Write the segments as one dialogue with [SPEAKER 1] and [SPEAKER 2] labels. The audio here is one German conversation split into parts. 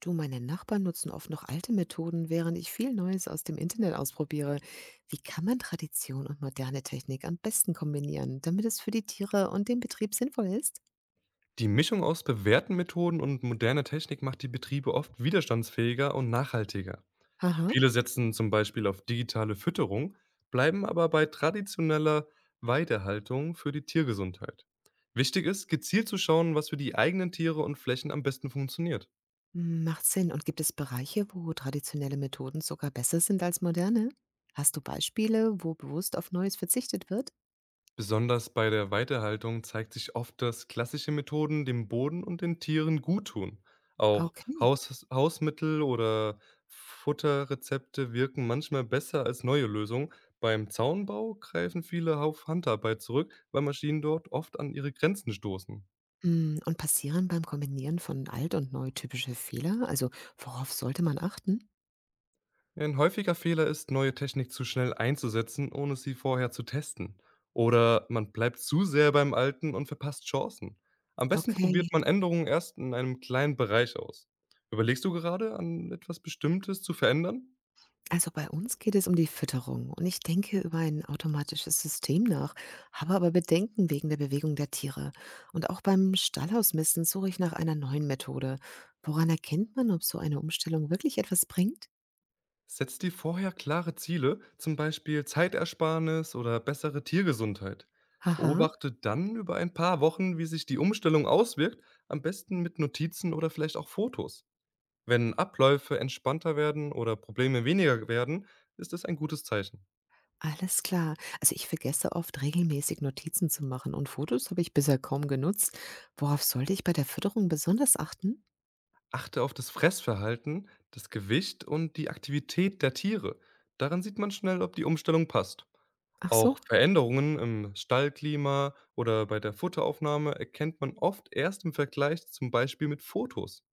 [SPEAKER 1] Du, meine Nachbarn nutzen oft noch alte Methoden, während ich viel Neues aus dem Internet ausprobiere. Wie kann man Tradition und moderne Technik am besten kombinieren, damit es für die Tiere und den Betrieb sinnvoll ist?
[SPEAKER 2] Die Mischung aus bewährten Methoden und moderner Technik macht die Betriebe oft widerstandsfähiger und nachhaltiger.
[SPEAKER 1] Aha.
[SPEAKER 2] Viele setzen zum Beispiel auf digitale Fütterung, bleiben aber bei traditioneller Weidehaltung für die Tiergesundheit. Wichtig ist, gezielt zu schauen, was für die eigenen Tiere und Flächen am besten funktioniert.
[SPEAKER 1] Hm, macht Sinn. Und gibt es Bereiche, wo traditionelle Methoden sogar besser sind als moderne? Hast du Beispiele, wo bewusst auf Neues verzichtet wird?
[SPEAKER 2] Besonders bei der Weiterhaltung zeigt sich oft, dass klassische Methoden dem Boden und den Tieren gut tun. Auch
[SPEAKER 1] Okay.
[SPEAKER 2] Hausmittel oder Futterrezepte wirken manchmal besser als neue Lösungen. Beim Zaunbau greifen viele auf Handarbeit zurück, weil Maschinen dort oft an ihre Grenzen stoßen.
[SPEAKER 1] Hm, und passieren beim Kombinieren von alt und neu typische Fehler? Also worauf sollte man achten?
[SPEAKER 2] Ein häufiger Fehler ist, neue Technik zu schnell einzusetzen, ohne sie vorher zu testen. Oder man bleibt zu sehr beim Alten und verpasst Chancen. Am besten probiert
[SPEAKER 1] Okay.
[SPEAKER 2] man Änderungen erst in einem kleinen Bereich aus. Überlegst du gerade, an etwas Bestimmtes zu verändern?
[SPEAKER 1] Also bei uns geht es um die Fütterung und ich denke über ein automatisches System nach, habe aber Bedenken wegen der Bewegung der Tiere. Und auch beim Stallhausmisten suche ich nach einer neuen Methode. Woran erkennt man, ob so eine Umstellung wirklich etwas bringt?
[SPEAKER 2] Setz dir vorher klare Ziele, zum Beispiel Zeitersparnis oder bessere Tiergesundheit.
[SPEAKER 1] Haha,
[SPEAKER 2] Beobachte dann über ein paar Wochen, wie sich die Umstellung auswirkt, am besten mit Notizen oder vielleicht auch Fotos. Wenn Abläufe entspannter werden oder Probleme weniger werden, ist es ein gutes Zeichen.
[SPEAKER 1] alles klar. Also ich vergesse oft regelmäßig Notizen zu machen und Fotos habe ich bisher kaum genutzt. Worauf sollte ich bei der Fütterung besonders achten?
[SPEAKER 2] Achte auf das Fressverhalten, das Gewicht und die Aktivität der Tiere. Daran sieht man schnell, ob die Umstellung passt.
[SPEAKER 1] Ach
[SPEAKER 2] Auch
[SPEAKER 1] so.
[SPEAKER 2] Veränderungen im Stallklima oder bei der Futteraufnahme erkennt man oft erst im Vergleich zum Beispiel mit Fotos.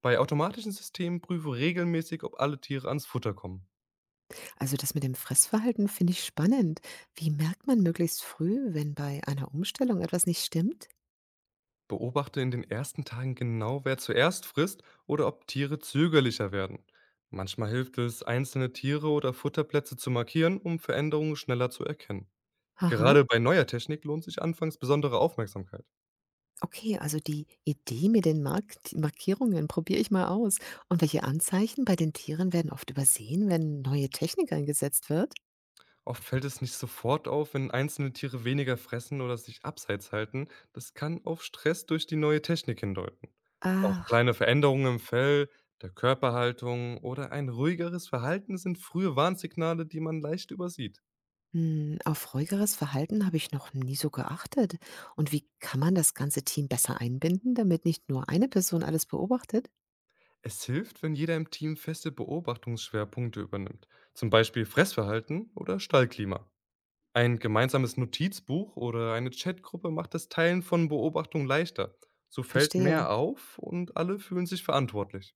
[SPEAKER 2] Bei automatischen Systemen prüfe regelmäßig, ob alle Tiere ans Futter kommen.
[SPEAKER 1] Also das mit dem Fressverhalten finde ich spannend. Wie merkt man möglichst früh, wenn bei einer Umstellung etwas nicht stimmt?
[SPEAKER 2] Beobachte in den ersten Tagen genau, wer zuerst frisst oder ob Tiere zögerlicher werden. Manchmal hilft es, einzelne Tiere oder Futterplätze zu markieren, um Veränderungen schneller zu erkennen.
[SPEAKER 1] Aha,
[SPEAKER 2] Gerade bei neuer Technik lohnt sich anfangs besondere Aufmerksamkeit.
[SPEAKER 1] okay, also die Idee mit den Markierungen probiere ich mal aus. Und welche Anzeichen bei den Tieren werden oft übersehen, wenn neue Technik eingesetzt wird?
[SPEAKER 2] Oft fällt es nicht sofort auf, wenn einzelne Tiere weniger fressen oder sich abseits halten. Das kann auf Stress durch die neue Technik hindeuten. Auch
[SPEAKER 1] Ach,
[SPEAKER 2] kleine Veränderungen im Fell, der Körperhaltung oder ein ruhigeres Verhalten sind frühe Warnsignale, die man leicht übersieht.
[SPEAKER 1] hm, auf ruhigeres Verhalten habe ich noch nie so geachtet. Und wie kann man das ganze Team besser einbinden, damit nicht nur eine Person alles beobachtet?
[SPEAKER 2] Es hilft, wenn jeder im Team feste Beobachtungsschwerpunkte übernimmt, zum Beispiel Fressverhalten oder Stallklima. Ein gemeinsames Notizbuch oder eine Chatgruppe macht das Teilen von Beobachtungen leichter. So fällt
[SPEAKER 1] Verstehe.
[SPEAKER 2] mehr auf und alle fühlen sich verantwortlich.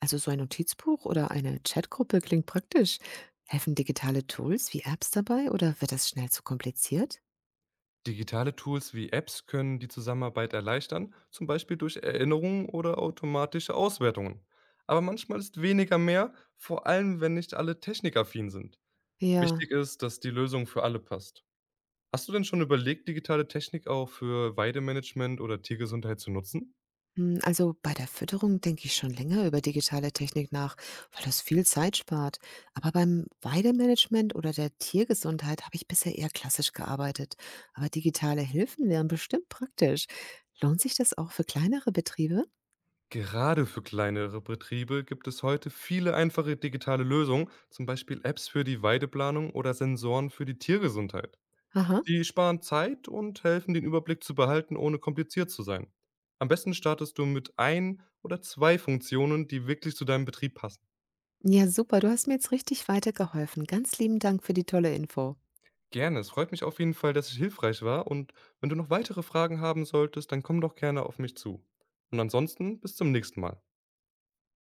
[SPEAKER 1] Also so ein Notizbuch oder eine Chatgruppe klingt praktisch. Helfen digitale Tools wie Apps dabei oder wird das schnell zu kompliziert?
[SPEAKER 2] Digitale Tools wie Apps können die Zusammenarbeit erleichtern, zum Beispiel durch Erinnerungen oder automatische Auswertungen. Aber manchmal ist weniger mehr, vor allem wenn nicht alle technikaffin sind. Wichtig
[SPEAKER 1] Ja,
[SPEAKER 2] ist, dass die Lösung für alle passt. Hast du denn schon überlegt, digitale Technik auch für Weidemanagement oder Tiergesundheit zu nutzen?
[SPEAKER 1] hm, also bei der Fütterung denke ich schon länger über digitale Technik nach, weil das viel Zeit spart. Aber beim Weidemanagement oder der Tiergesundheit habe ich bisher eher klassisch gearbeitet. Aber digitale Hilfen wären bestimmt praktisch. Lohnt sich das auch für kleinere Betriebe?
[SPEAKER 2] Gerade für kleinere Betriebe gibt es heute viele einfache digitale Lösungen, zum Beispiel Apps für die Weideplanung oder Sensoren für die Tiergesundheit.
[SPEAKER 1] Aha.
[SPEAKER 2] Die sparen Zeit und helfen, den Überblick zu behalten, ohne kompliziert zu sein. Am besten startest du mit ein oder zwei Funktionen, die wirklich zu deinem Betrieb passen.
[SPEAKER 1] Ja, super, du hast mir jetzt richtig weitergeholfen. Ganz lieben Dank für die tolle Info.
[SPEAKER 2] Gerne. Es freut mich auf jeden Fall, dass ich hilfreich war. Und wenn du noch weitere Fragen haben solltest, dann komm doch gerne auf mich zu. Und ansonsten bis zum nächsten Mal.